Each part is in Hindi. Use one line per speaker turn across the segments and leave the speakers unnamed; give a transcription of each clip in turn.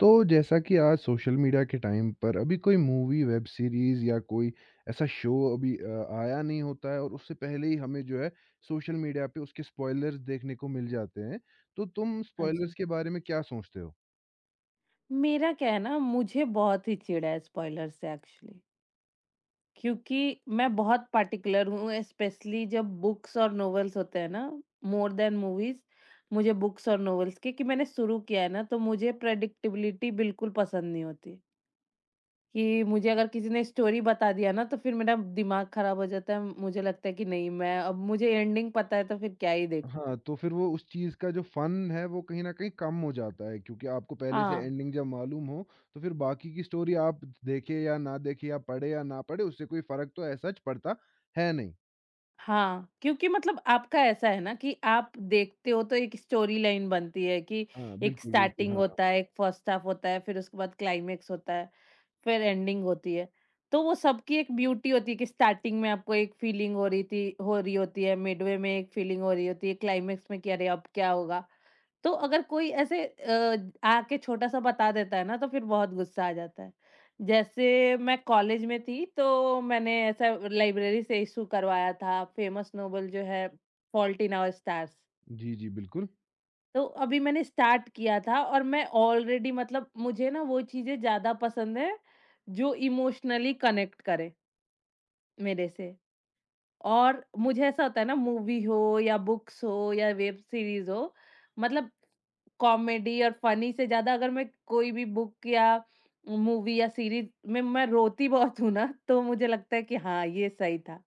तो जैसा कि आज सोशल मीडिया के टाइम पर अभी कोई मूवी, वेब सीरीज़ या कोई ऐसा शो अभी आया नहीं होता है और उससे पहले ही हमें जो है सोशल मीडिया पे उसके स्पॉयलर्स देखने को मिल जाते हैं। तो तुम
हाँ
स्पॉयलर्स
जी।
के बारे में क्या सोचते हो?
मेरा क्या है ना, मुझे बहुत ही चिढ़ है स्पॉइलर से एक्चुअली, क्योंकि मैं बहुत पार्टिकुलर हूँ स्पेशली जब बुक्स और नॉवेल्स होते हैं ना, मोर दैन मूवीज़। मुझे बुक्स और नॉवेल्स के कि मैंने शुरू किया है ना, तो मुझे प्रेडिक्टेबिलिटी बिल्कुल पसंद नहीं होती कि मुझे अगर किसी ने स्टोरी बता दिया ना, तो फिर मेरा दिमाग खराब हो जाता है। मुझे लगता है कि नहीं मैं अब मुझे एंडिंग पता है तो फिर क्या ही देखूँ?
हाँ, तो फिर वो उस चीज़ का जो फ़न है वो कहीं न कहीं कम हो जाता है क्योंकि आपको पहले से
हाँ।
एंडिंग जब मालूम हो, तो फिर बाकी की स्टोरी आप देखें या ना देखें या पढ़े या ना पढ़े उससे कोई फ़र्क तो ऐसा ज पड़ता है नहीं।
हाँ, क्योंकि मतलब आपका ऐसा है ना कि आप देखते हो तो एक स्टोरी लाइन बनती है कि
हाँ,
एक
बिल्कुल, बिल्कुल।
स्टार्टिंग
हाँ।
होता है, एक फर्स्ट हाफ होता है, फिर उसके बाद क्लाइमेक्स होता है, फिर एंडिंग होती है। तो वो सबकी एक ब्यूटी होती है कि स्टार्टिंग में आपको एक फीलिंग हो रही होती है, मिडवे में एक फीलिंग हो रही होती है, क्लाइमेक्स में कि अरे अब क्या होगा? तो अगर कोई ऐसे आके छोटा-सा बता देता है ना तो फिर बहुत गुस्सा आ जाता है। जैसे मैं कॉलेज में थी तो मैंने ऐसा लाइब्रेरी से इश्यू करवाया था फेमस नोवेल जो है, फॉल्ट इन आवर स्टार्स।
जी, जी, बिल्कुल।
तो अभी मैंने स्टार्ट किया था और मैं ऑलरेडी मतलब मुझे ना वो चीज़ें ज़्यादा पसंद है जो इमोशनली कनेक्ट करे मेरे से। और मुझे ऐसा होता है ना मूवी हो या बुक्स हो या वेब सीरीज हो, मतलब कॉमेडी और फनी से ज्यादा अगर मैं कोई भी बुक या मूवी या सीरीज में मैं रोती बहुत हूँ ना तो मुझे लगता है कि हाँ ये सही था।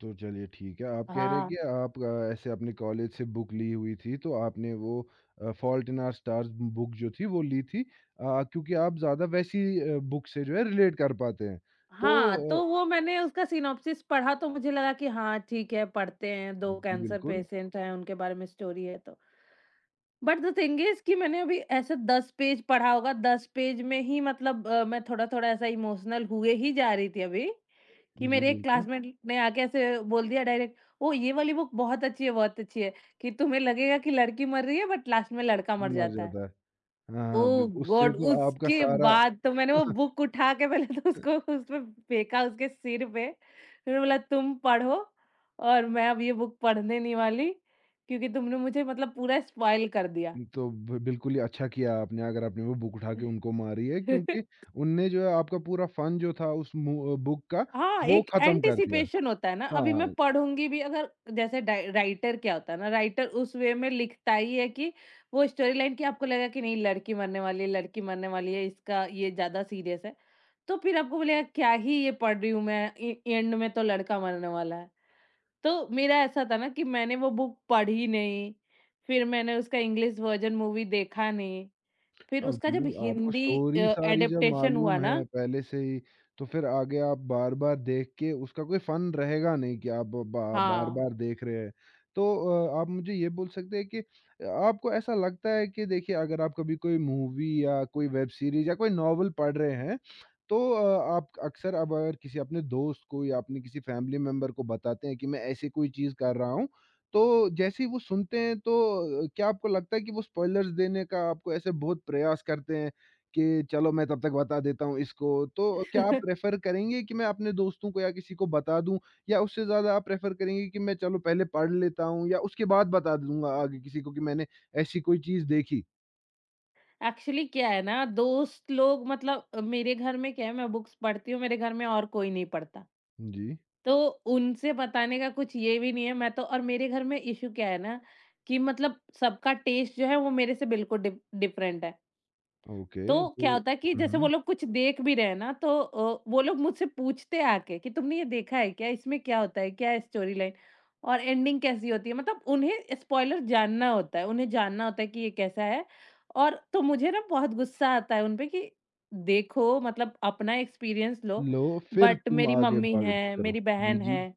तो चलिए ठीक है। आप कह रहे हैं कि
हाँ।
आप ऐसे अपने कॉलेज से बुक ली हुई थी, तो आपने वो fault in our stars book जो थी वो ली थी, क्योंकि आप ज़्यादा वैसी बुक से जो है रिलेट कर पाते हैं। तो
हाँ,
अ,
तो वो मैंने उसका सिनॉप्सिस पढ़ा तो मुझे लगा कि हाँ ठीक है पढ़ते हैं, दो
जी
कैंसर
बिल्कुल,
पेशेंट हैं उनके बारे में स्टोरी है तो बट द थिंग इज़ कि मैंने अभी ऐसे 10 पेज पढ़ा होगा, 10 पेज में ही मतलब मैं थोड़ा-थोड़ा ऐसा इमोशनल हुए ही जा रही थी अभी, कि
जी
मेरे एक
बिल्कुल,
क्लासमेट ने आके ऐसे बोल दिया डायरेक्ट, "ओह! ये वाली बुक बहुत अच्छी है, बहुत अच्छी है। कि तुम्हें लगेगा कि लड़की मर रही है बट लास्ट में लड़का मर
मर
जाता है।"
जाता है। हाँ, हाँ,
ओह
बिल उससे
गॉड!
तो आपका
उसके
सारा
बाद तो मैंने वो बुक उठा के पहले तो उसको उसपे फेंका उसके सिर पे, फिर बोला, "तुम पढ़ो और मैं अब ये बुक पढ़ने नहीं वाली, क्योंकि तुमने मुझे मतलब पूरा स्पॉइल कर दिया।"
तो ब बिल्कुल ही अच्छा किया आपने अगर आपने वो बुक उठा के उनको मारी है क्योंकि उनने जो है आपका पूरा फन जो था उस मु बुक का
हाँ,
वो
एक
ख़त्म कर दिया।
एंटीसिपेशन होता है ना,
हाँ,
अभी मैं
हाँ।
पढ़ूँगी भी अगर जैसे डाइ राइटर क्या होता है ना, राइटर उस वे में लिखता ही है कि वो स्टोरी लाइन कि आपको लगेगा कि नहीं लड़की मरने वाली है, इसका ये ज़्यादा सीरियस है। तो फिर आपको बोलेगा क्या ही ये पढ़ रही हूँ मैं, ए एंड में तो लड़का मरने वाला है। तो मेरा ऐसा था ना कि मैंने वो बुक पढ़ी नहीं, फिर मैंने उसका इंग्लिश वर्ज़न मूवी देखा नहीं, फिर
अब
उसका जब
जी, आपको
हिंदी
स्टोरी सारी जब
एडप्टेशन हुआ
मालूम
ना।
है पहले से ही, तो फिर आगे आप बार-बार देख के उसका कोई फ़न रहेगा नहीं कि आप बा
हाँ।
बार-बार देख रहे हैं। तो आप मुझे ये बोल सकते हैं कि आपको ऐसा लगता है कि देखिए अगर आप कभी कोई मूवी या कोई वेब सीरीज़ या कोई नॉवल पढ़ रहे हैं, तो आप अक्सर अब अगर किसी अपने दोस्त को या अपने किसी फैमिली मेंबर को बताते हैं कि मैं ऐसी कोई चीज़ कर रहा हूँ, तो जैसे ही वो सुनते हैं तो क्या आपको लगता है कि वो स्पॉयलर्स देने का आपको ऐसे बहुत प्रयास करते हैं कि चलो मैं तब तक बता देता हूँ इसको। तो क्या आप प्रेफ़र करेंगे कि मैं अपने दोस्तों को या किसी को बता दूँ? या उससे ज़्यादा आप प्रेफ़र करेंगे कि मैं चलो पहले पढ़ लेता हूँ या उसके बाद बता दूँगा आगे किसी को कि मैंने ऐसी कोई चीज़ देखी?
एक्चुअली क्या है ना दोस्त लोग मतलब मेरे घर में क्या है, मैं बुक्स पढ़ती हूँ, मेरे घर में और कोई नहीं पढ़ता।
जी,
तो उनसे बताने का कुछ ये भी नहीं है मैं तो, और मेरे घर में इशू क्या है ना कि मतलब सबका टेस्ट जो है वो मेरे से बिल्कुल डिफरेंट है।
ओके
तो
तो
क्या होता है कि
हुँ,
जैसे वो
हुँ।
लोग कुछ देख भी रहे हैं ना तो वो लोग मुझसे पूछते हैं आके कि तुमने ये देखा है क्या? इसमें क्या होता है? क्या है स्टोरी लाइन? और एंडिंग कैसी होती है? मतलब उन्हें स्पॉइलर जानना होता है, उन्हें जानना होता है कि ये कैसा है। और तो मुझे ना बहुत गुस्सा आता है उन पे कि देखो मतलब अपना एक्सपीरियंस लो,
लो फिर
बट
तुम
मेरी
आगे
मम्मी
बात
है,
करो।
मेरी
जी,
बहन
जी,
है,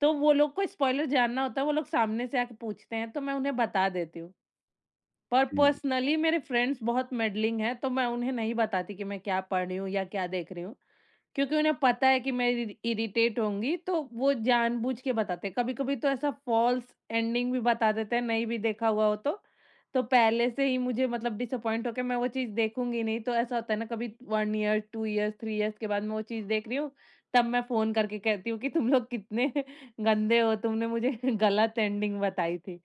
तो वो लोग को स्पॉइलर जानना होता है, वो लोग सामने से आके पूछते हैं, तो मैं उन्हें बता देती हूँ। पर
जी।
पर्सनली मेरे फ्रेंड्स बहुत मेडलिंग हैं, तो मैं उन्हें नहीं बताती कि मैं क्या पढ़ रही हूँ या क्या देख रही हूँ, क्योंकि उन्हें पता है कि मैं इरिटेट होंगी, तो वो जानबूझ के बताते हैं। कभी-कभी तो ऐसा फ़ॉल्स एंडिंग भी बता देते हैं, नहीं भी देखा हुआ हो तो। तो पहले से ही मुझे मतलब डिसअपॉइंट होके मैं वो चीज़ देखूँगी नहीं, तो ऐसा होता है ना कभी 1 ईयर, 2 ईयर्स, 3 ईयर्स के बाद मैं वो चीज़ देख रही हूँ, तब मैं फ़ोन करके कहती हूँ कि तुम लोग कितने गंदे हो, तुमने मुझे गलत एंडिंग बताई थी।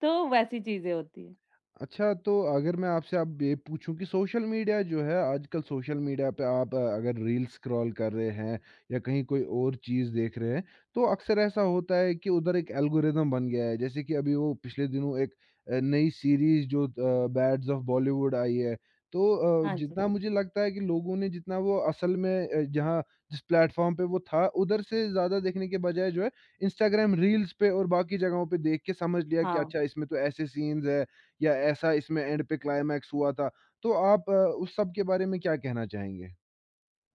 तो वैसी चीज़ें होती हैं।
अच्छा, तो अगर मैं आपसे अब ये पूछूँ कि सोशल मीडिया जो है आजकल सोशल मीडिया पे आप, अगर रील स्क्रॉल कर रहे हैं या कहीं कोई और चीज़ देख रहे हैं, तो अक्सर ऐसा होता है कि उधर एक एल्गोरिदम बन गया है। जैसे कि अभी वो पिछले दिनों एक नई सीरीज़ जो बैड्स ऑफ बॉलीवुड आई है। तो
हाँ जी।
जितना मुझे लगता है कि लोगों ने जितना वो असल में, जहाँ जिस प्लेटफ़ॉर्म पे वो था, उधर से ज़्यादा देखने के बजाय जो है इंस्टाग्राम रील्स पे और बाकी जगहों पे देख के समझ लिया कि
हाँ,
अच्छा इसमें तो ऐसे सीन्स है या ऐसा इसमें एंड पे क्लाइमैक्स हुआ था। तो आप, उस सब के बारे में क्या कहना चाहेंगे?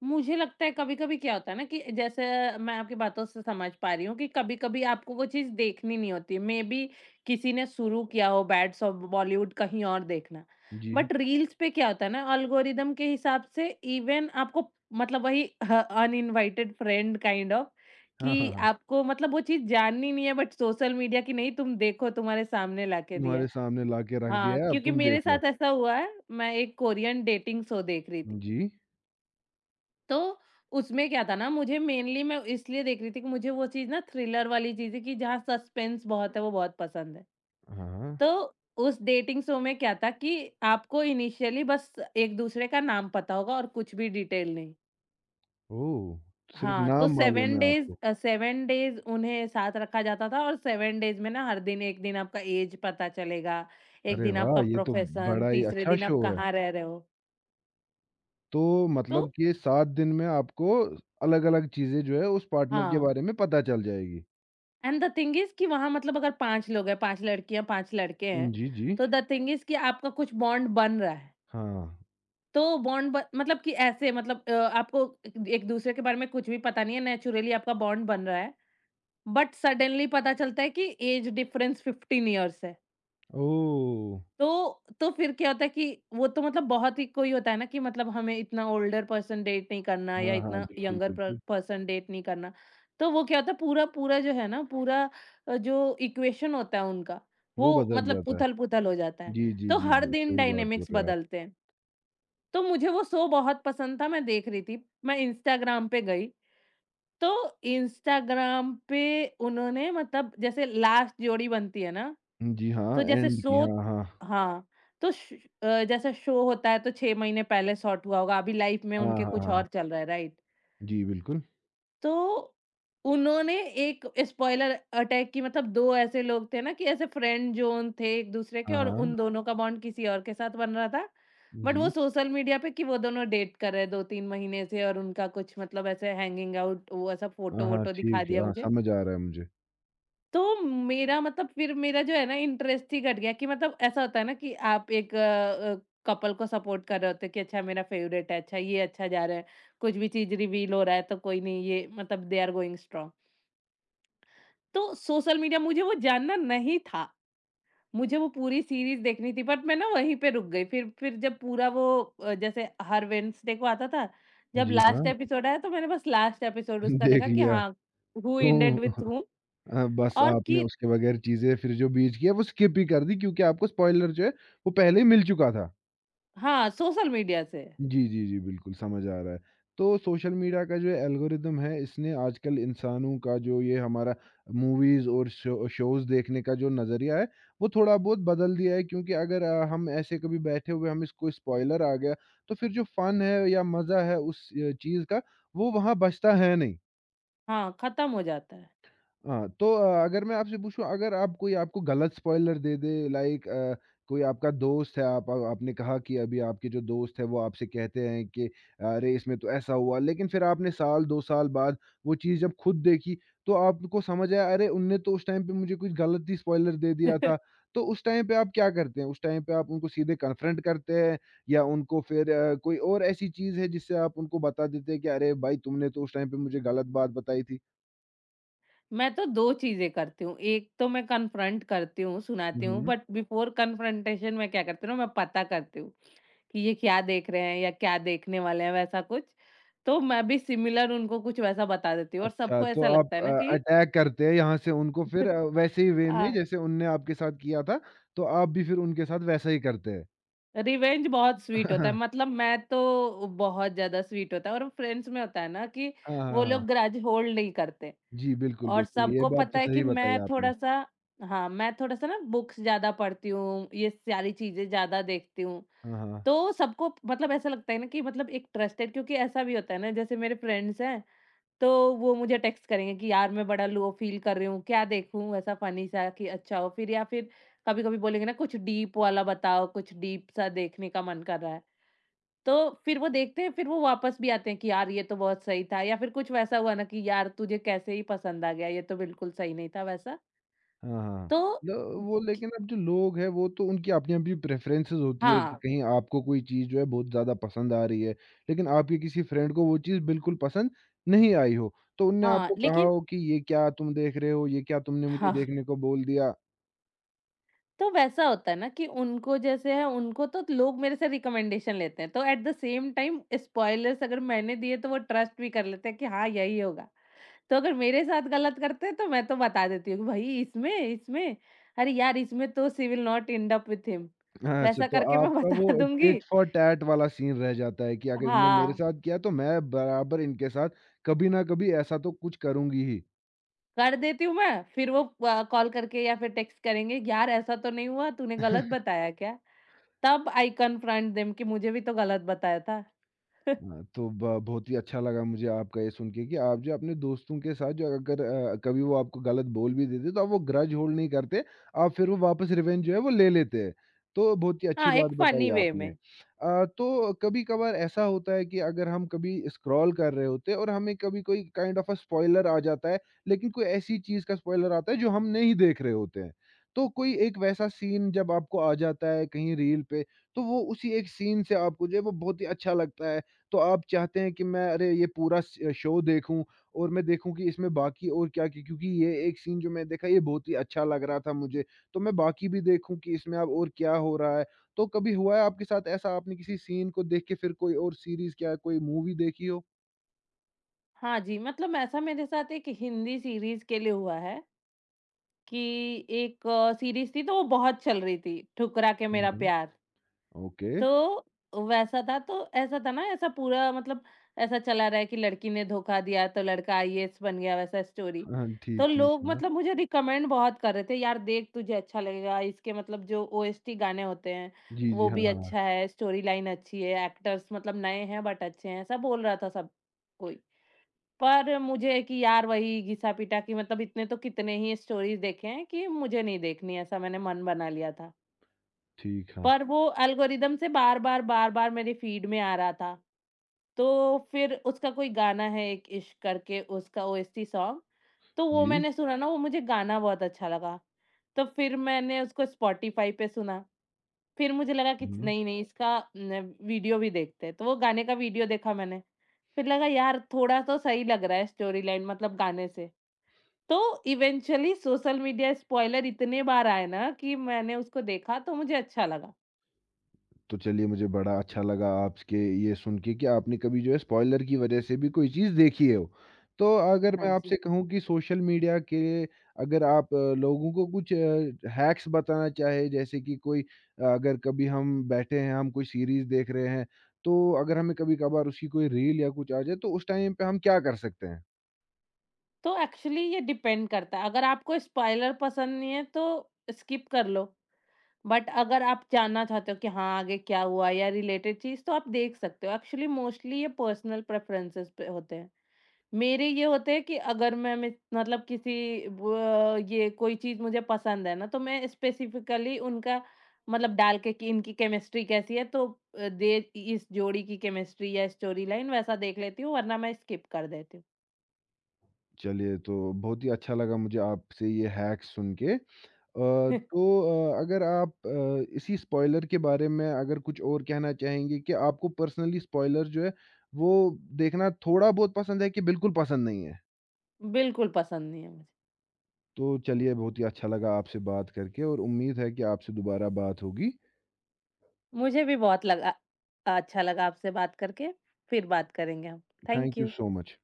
मुझे लगता है कभी-कभी क्या होता है ना कि जैसे मैं आपकी बातों से समझ पा रही हूँ कि कभी-कभी आपको वो चीज़ देखनी नहीं होती। मेबी किसी ने शुरू किया हो बैड सॉ बॉलीवुड कहीं और देखना।
जी।
बट रील्स पे क्या होता है ना एल्गोरिदम के हिसाब से इवन आपको मतलब वही ह अनइन्वाइटेड फ्रेंड काइंड ऑफ
हाँ, हाँ,
कि
हाँ।
आपको मतलब वो चीज़ जाननी नहीं है बट सोशल मीडिया की नहीं तुम देखो तुम्हारे सामने लाके दिया
तुम्हारे
है।
सामने ला के रख
हाँ,
दिया है, अब
क्योंकि
तुम
मेरे
देख लो।
साथ ऐसा हुआ है, मैं एक कोरियन डेटिंग शो देख रही थी।
जी।
तो उसमें क्या था ना मुझे मेनली मैं इसलिए देख रही थी कि मुझे वो चीज़ ना थ्रिलर वाली चीज़ है कि जहाँ सस्पेंस बहुत है वो बहुत पसंद है।
हाँ।
तो उस डेटिंग शो में क्या था कि आपको इनिशियली बस एक दूसरे का नाम पता होगा और कुछ भी डिटेल नहीं।
ओह! सिर्फ़
हाँ, तो
नाम मालूम
7
है
डेज़
आपको।
अ, 7 डेज़ उन्हें साथ रखा जाता था और 7 डेज़ में ना हर दिन एक दिन आपका ऐज पता चलेगा, एक
अरे
दिन
वाह!
आपका
ये तो
प्रोफ़ेशन,
बड़ा ही
तीसरे
अच्छा
दिन आप
शो है।
कहाँ रह रहे हो।
तो
तो
मतलब कि 7 दिन में आपको अलग-अलग चीज़ें जो है उस पार्टनर के
हाँ।
बारे में पता चल जाएगी।
एंड द थिंग इज़ कि वहाँ मतलब अगर 5 लोग हैं, 5 लड़कियाँ, 5 लड़के
हुँ,
हैं,
जी, जी।
तो द थिंग इज़ कि आपका कुछ बॉन्ड बन रहा है।
हाँ।
तो बॉन्ड ब मतलब कि ऐसे मतलब आपको एक एक-दूसरे के बारे में कुछ भी पता नहीं है, नेचुरली आपका बॉन्ड बन रहा है, बट सडनली पता चलता है कि एज डिफरेंस 15 इयर्स है।
ओह!
तो फिर क्या होता है कि वो तो मतलब बहुत ही कोई होता है ना कि मतलब हमें इतना ओल्डर पर्सन डेट नहीं करना
हाँ,
या
हाँ।
इतना
बिल्कुल,
यंगर
बिल्कुल।
पर्सन डेट नहीं करना। तो वो क्या होता है पूरा पूरा जो है ना पूरा जो इक्वेशन होता है उनका,
वो
वो
बदल
मतलब
जाता है।
उथल-पुथल हो जाता है।
जी, जी,
तो
जी।
हर
ब
दिन
सही बात बोल
डायनामिक्स
रहे हैं आप।
बदलते हैं। तो मुझे वो शो बहुत पसंद था, मैं देख रही थी। मैं इंस्टाग्राम पे गई, तो इंस्टाग्राम पे उन्होंने मतलब जैसे लास्ट जोड़ी बनती है ना,
जी हाँ,
तो जैसे
एंड की
शो
हाँ, हाँ।
हाँ, तो जैसे शो होता है तो 6 महीने पहले शॉट हुआ होगा, अभी लाइफ में
हाँ,
उनके
हाँ,
कुछ
हाँ।
और चल रहा है, राइट?
जी, बिल्कुल।
तो उन्होंने एक स्पॉइलर अटैक की, मतलब 2 ऐसे लोग थे ना कि ऐसे फ्रेंड ज़ोन थे एक-दूसरे के
हाँ,
और
हाँ।
उन दोनों का बॉन्ड किसी और के साथ बन रहा था। बट वो
जी।
सोशल मीडिया पे कि वो दोनों डेट कर रहे हैं 2-3 महीने से और उनका कुछ मतलब ऐसे हैंगिंग आउट वो ऐसा
हाँ, हाँ,
फ़ोटो-वोटो दिखा
ठीक है।
दिया
हाँ,
मुझे।
समझ आ रहा है मुझे।
तो मेरा मतलब फिर मेरा जो है ना इंटरेस्ट ही घट गया कि मतलब ऐसा होता है ना कि आप एक कपल को सपोर्ट कर रहे होते हो कि अच्छा मेरा फेवरेट है अच्छा ये अच्छा जा रहा है, कुछ भी चीज रिवील हो रहा है तो कोई नहीं ये मतलब दे आर गोइंग स्ट्रांग। तो सोशल मीडिया मुझे वो जानना नहीं था, मुझे वो पूरी सीरीज देखनी थी बट मैं ना वहीं पे रुक गई, फिर जब पूरा वो जैसे हर वेडनेसडे को आता था जब
जी हाँ,
लास्ट एपिसोड आया तो मैंने बस लास्ट एपिसोड उसका
देख
देखा कि
लिया।
हाँ हु
तो
एंडेड विथ हूम।
बस
और
आपने
कि
उसके बगैर चीज़ें फिर जो बीच की है वो स्किप ही कर दी क्योंकि आपको स्पॉइलर जो है वो पहले ही मिल चुका था।
हाँ सोशल मीडिया से।
जी, जी, जी, बिल्कुल समझ आ रहा है। तो सोशल मीडिया का जो एल्गोरिदम है, इसने आजकल इंसानों का जो ये हमारा मूवीज़ और शो शोज़ देखने का जो नज़रिया है, वो थोड़ा बहुत बदल दिया है क्योंकि अगर हम ऐसे कभी बैठे हुए हमें कोई स्पॉइलर आ गया, तो फिर जो फ़न है या मज़ा है उस चीज़ का, वो वहाँ बचता है नहीं।
हाँ, खत्म हो जाता है।
हाँ, तो अगर मैं आपसे पूछूँ अगर आप कोई आपको गलत स्पॉइलर दे दे लाइक, कोई आपका दोस्त है आप आपने कहा कि अभी आपके जो दोस्त है वो आपसे कहते हैं कि अरे इसमें तो ऐसा हुआ, लेकिन फिर आपने साल 2 साल बाद वो चीज़ जब खुद देखी, तो आपको समझ आया अरे उनने तो उस टाइम पे मुझे कुछ गलत ही स्पॉइलर दे दिया था। तो उस टाइम पे आप क्या करते हैं? उस टाइम पे आप उनको सीधे कन्फ्रंट करते हैं या उनको फिर, कोई और ऐसी चीज़ है जिससे आप उनको बता देते हैं कि अरे भाई तुमने तो उस टाइम पे मुझे गलत बात बताई थी?
मैं तो 2 चीज़ें करती हूँ, एक तो मैं कन्फ्रंट करती हूँ,
हुँ,
सुनाती हूँ
हुँ।
बट बिफोर कन्फ्रंटेशन मैं क्या करती हूँ ना, मैं पता करती हूँ कि ये क्या देख रहे हैं या क्या देखने वाले हैं वैसा कुछ। तो मैं भी सिमिलर उनको कुछ वैसा बता देती हूँ और
अच्छा,
सबको
तो
ऐसा
आप
लगता है
अ,
ना कि
अटैक करते हैं यहाँ से उनको फिर वैसे ही वे
अ,
में जैसे उनने आपके साथ किया था, तो आप भी फिर उनके साथ वैसा ही करते हैं।
रिवेंज बहुत स्वीट होता है
हाँ,
मतलब मैं तो बहुत ज़्यादा स्वीट होता है और फ्रेंड्स में होता है ना कि
हाँ,
वो
हाँ।
लोग ग्रज होल्ड नहीं करते।
जी, बिल्कुल,
और
बिल्कुल, ये
सबको
बात तो
पता है कि
सही बताई
मैं
आपने।
थोड़ा-सा हाँ, मैं थोड़ा-सा ना बुक्स ज़्यादा पढ़ती हूँ, ये सारी चीज़ें ज़्यादा देखती हूँ।
हाँ, हाँ।
तो सबको मतलब ऐसा लगता है ना कि मतलब एक ट्रस्टेड, क्योंकि ऐसा भी होता है ना जैसे मेरे फ्रेंड्स हैं, तो वो मुझे टेक्स्ट करेंगे कि यार मैं बड़ा लो फ़ील कर रही हूँ, क्या देखूँ ऐसा फ़नी सा कि अच्छा हो? फिर या फिर कभी-कभी बोलेंगे ना कुछ डीप वाला बताओ, कुछ डीप सा देखने का मन कर रहा है। तो फिर वो देखते हैं, फिर वो वापस भी आते हैं कि यार ये तो बहुत सही था या फिर कुछ वैसा हुआ ना कि यार तुझे कैसे ही पसंद आ गया, ये तो बिल्कुल सही नहीं था वैसा।
हाँ, हाँ।
तो
ल वो लेकिन अब जो लोग हैं, वो तो उनकी अपनी-अपनी प्रेफ़रेंसेस होती है कि
हाँ,
कहीं आपको कोई चीज़ जो है बहुत ज़्यादा पसंद आ रही है, लेकिन आपके किसी फ्रेंड को वो चीज़ बिल्कुल पसंद नहीं आई हो, तो उनने
हाँ,
आपको कहा
लेकिन
हो कि, "ये क्या तुम देख रहे हो? ये क्या तुमने मुझे
हाँ,
देखने को बोल दिया?"
तो वैसा होता है ना कि उनको जैसे है उनको तो लोग मेरे से रिकमेंडेशन लेते हैं, तो at the same time spoilers अगर मैंने दिए तो वो ट्रस्ट भी कर लेते हैं कि हाँ, यही होगा। तो अगर मेरे साथ गलत करते हैं तो मैं तो बता देती हूँ कि भाई इसमें इसमें अरे यार! इसमें तो she will not end up with him,
हाँ, अच्छा,
वैसा
तो
करके मैं
आपका वो
बता दूँगी।
टिट फॉर टैट वाला सीन रह जाता है कि अगर इनने मेरे
हाँ,
साथ किया तो मैं बराबर इनके साथ कभी ना कभी ऐसा तो कुछ करूँगी ही।
कर देती हूँ मैं, फिर वो कॉल करके या फिर टेक्स्ट करेंगे, "यार ऐसा तो नहीं हुआ, तूने गलत बताया क्या?" तब आई कन्फ्रंट देम कि मुझे भी तो गलत बताया था।
हाँ, तो ब बहुत ही अच्छा लगा मुझे आपका ये सुन के कि आप जो अपने दोस्तों के साथ, जो अगर कभी वो आपको गलत बोल भी देते तो आप वो ग्रज होल्ड नहीं करते, आप फिर वो वापस रिवेंज जो है वो ले लेते हैं। तो बहुत ही अच्छी
हाँ,
बात
एक
बताई
फनी वे
आपने।
में।
तो कभी-कभार ऐसा होता है कि अगर हम कभी स्क्रॉल कर रहे होते हैं और हमें कभी कोई काइंड ऑफ अ स्पॉइलर आ जाता है, लेकिन कोई ऐसी चीज़ का स्पॉइलर आता है जो हम नहीं देख रहे होते हैं। तो कोई एक वैसा सीन जब आपको आ जाता है कहीं रील पे, तो वो उसी एक सीन से आपको जो है वो बहुत ही अच्छा लगता है। तो आप चाहते हैं कि मैं अरे ये पूरा स शो देखूँ और मैं देखूँ कि इसमें बाकी और क्या क्या क्योंकि ये एक सीन जो मैंने देखा ये बहुत ही अच्छा लग रहा था मुझे, तो मैं बाकी भी देखूँ कि इसमें अब और क्या हो रहा है। तो कभी हुआ है आपके साथ ऐसा आपने किसी सीन को देख के फिर कोई और सीरीज़ क्या कोई मूवी देखी हो?
हाँ जी, मतलब ऐसा मेरे साथ एक हिंदी सीरीज़ के लिए हुआ है कि एक सीरीज़ थी तो वो बहुत चल रही थी, ठुकरा के
हुँ,
मेरा
हुँ।
प्यार।
ओके।
तो वैसा था तो ऐसा था ना ऐसा पूरा मतलब ऐसा चला रहा है कि लड़की ने धोखा दिया तो लड़का आईएएस बन गया वैसा स्टोरी।
हाँ, हाँ,
तो
ठीक, ठीक
लोग
है ना।
मतलब मुझे रिकमेंड बहुत कर रहे थे, यार देख तुझे अच्छा लगेगा इसके, मतलब जो ओएसटी गाने होते हैं
जी, जी।
वो
हाँ,
भी
हाँ। हाँ।
अच्छा है, स्टोरी लाइन अच्छी है, एक्टर्स मतलब नए हैं बट अच्छे हैं, ऐसा बोल रहा था सब कोई। पर मुझे है कि यार वही घिसा-पिटा कि मतलब इतने तो कितने ही स्टोरीज़ देखे हैं कि मुझे नहीं देखनी, ऐसा मैंने मन बना लिया था।
ठीक, हाँ।
पर वो एल्गोरिदम से बार-बार मेरी फ़ीड में आ रहा था। तो फिर उसका कोई गाना है एक इश्क करके उसका ओएसटी सॉन्ग, तो वो
जी।
मैंने सुना ना, वो मुझे गाना बहुत अच्छा लगा। तो फिर मैंने उसको स्पॉटिफ़ाई पे सुना। फिर मुझे लगा कि
हुँ।
नहीं-नहीं इसका न वीडियो भी देखते हैं। तो वो गाने का वीडियो देखा मैंने। फिर लगा यार थोड़ा तो सही लग रहा है स्टोरी लाइन मतलब गाने से। तो इवेंचुअली सोशल मीडिया स्पॉइलर इतने बार आए ना कि मैंने उसको देखा तो मुझे अच्छा लगा।
तो चलिए मुझे बड़ा अच्छा लगा आपके ये सुन के कि आपने कभी जो है स्पॉइलर की वजह से भी कोई चीज़ देखी हो। तो अगर
हाँ
मैं आपसे
जी।
कहूँ कि सोशल मीडिया के अगर आप, लोगों को कुछ हैक्स बताना चाहे जैसे कि कोई, अगर कभी हम बैठे हैं, हम कोई सीरीज़ देख रहे हैं, तो अगर हमें कभी-कभार उसकी कोई रील या कुछ आ जाए तो उस टाइम पे हम क्या कर सकते हैं?
तो एक्चुअली ये डिपेंड करता है, अगर आपको स्पॉइलर पसंद नहीं है तो स्किप कर लो, बट अगर आप जानना चाहते हो कि हाँ, आगे क्या हुआ या रिलेटेड चीज़ तो आप देख सकते हो। एक्चुअली मोस्टली ये पर्सनल प्रेफ़रेंसेस पे होते हैं। मेरे ये होते हैं कि अगर मैं मतलब किसी ब ये कोई चीज़ मुझे पसंद है ना तो मैं स्पेसिफ़िकली उनका मतलब डाल के कि इनकी केमिस्ट्री कैसी है तो दे इस जोड़ी की केमिस्ट्री या स्टोरी लाइन वैसा देख लेती हूँ वरना मैं स्किप कर देती हूँ।
चलिए तो बहुत ही अच्छा लगा मुझे आपसे ये हैक्स सुन के। अ, तो अगर आप इसी स्पॉइलर के बारे में अगर कुछ और कहना चाहेंगे कि आपको पर्सनली स्पॉइलर जो है, वो देखना थोड़ा बहुत पसंद है कि बिल्कुल पसंद नहीं है?
बिल्कुल पसंद नहीं है मुझे।
तो चलिए बहुत ही अच्छा लगा आपसे बात करके और उम्मीद है कि आपसे दोबारा बात होगी।
मुझे भी बहुत लगा अच्छा लगा आपसे बात करके, फिर बात करेंगे हम। Thank
thank you
you.
So much.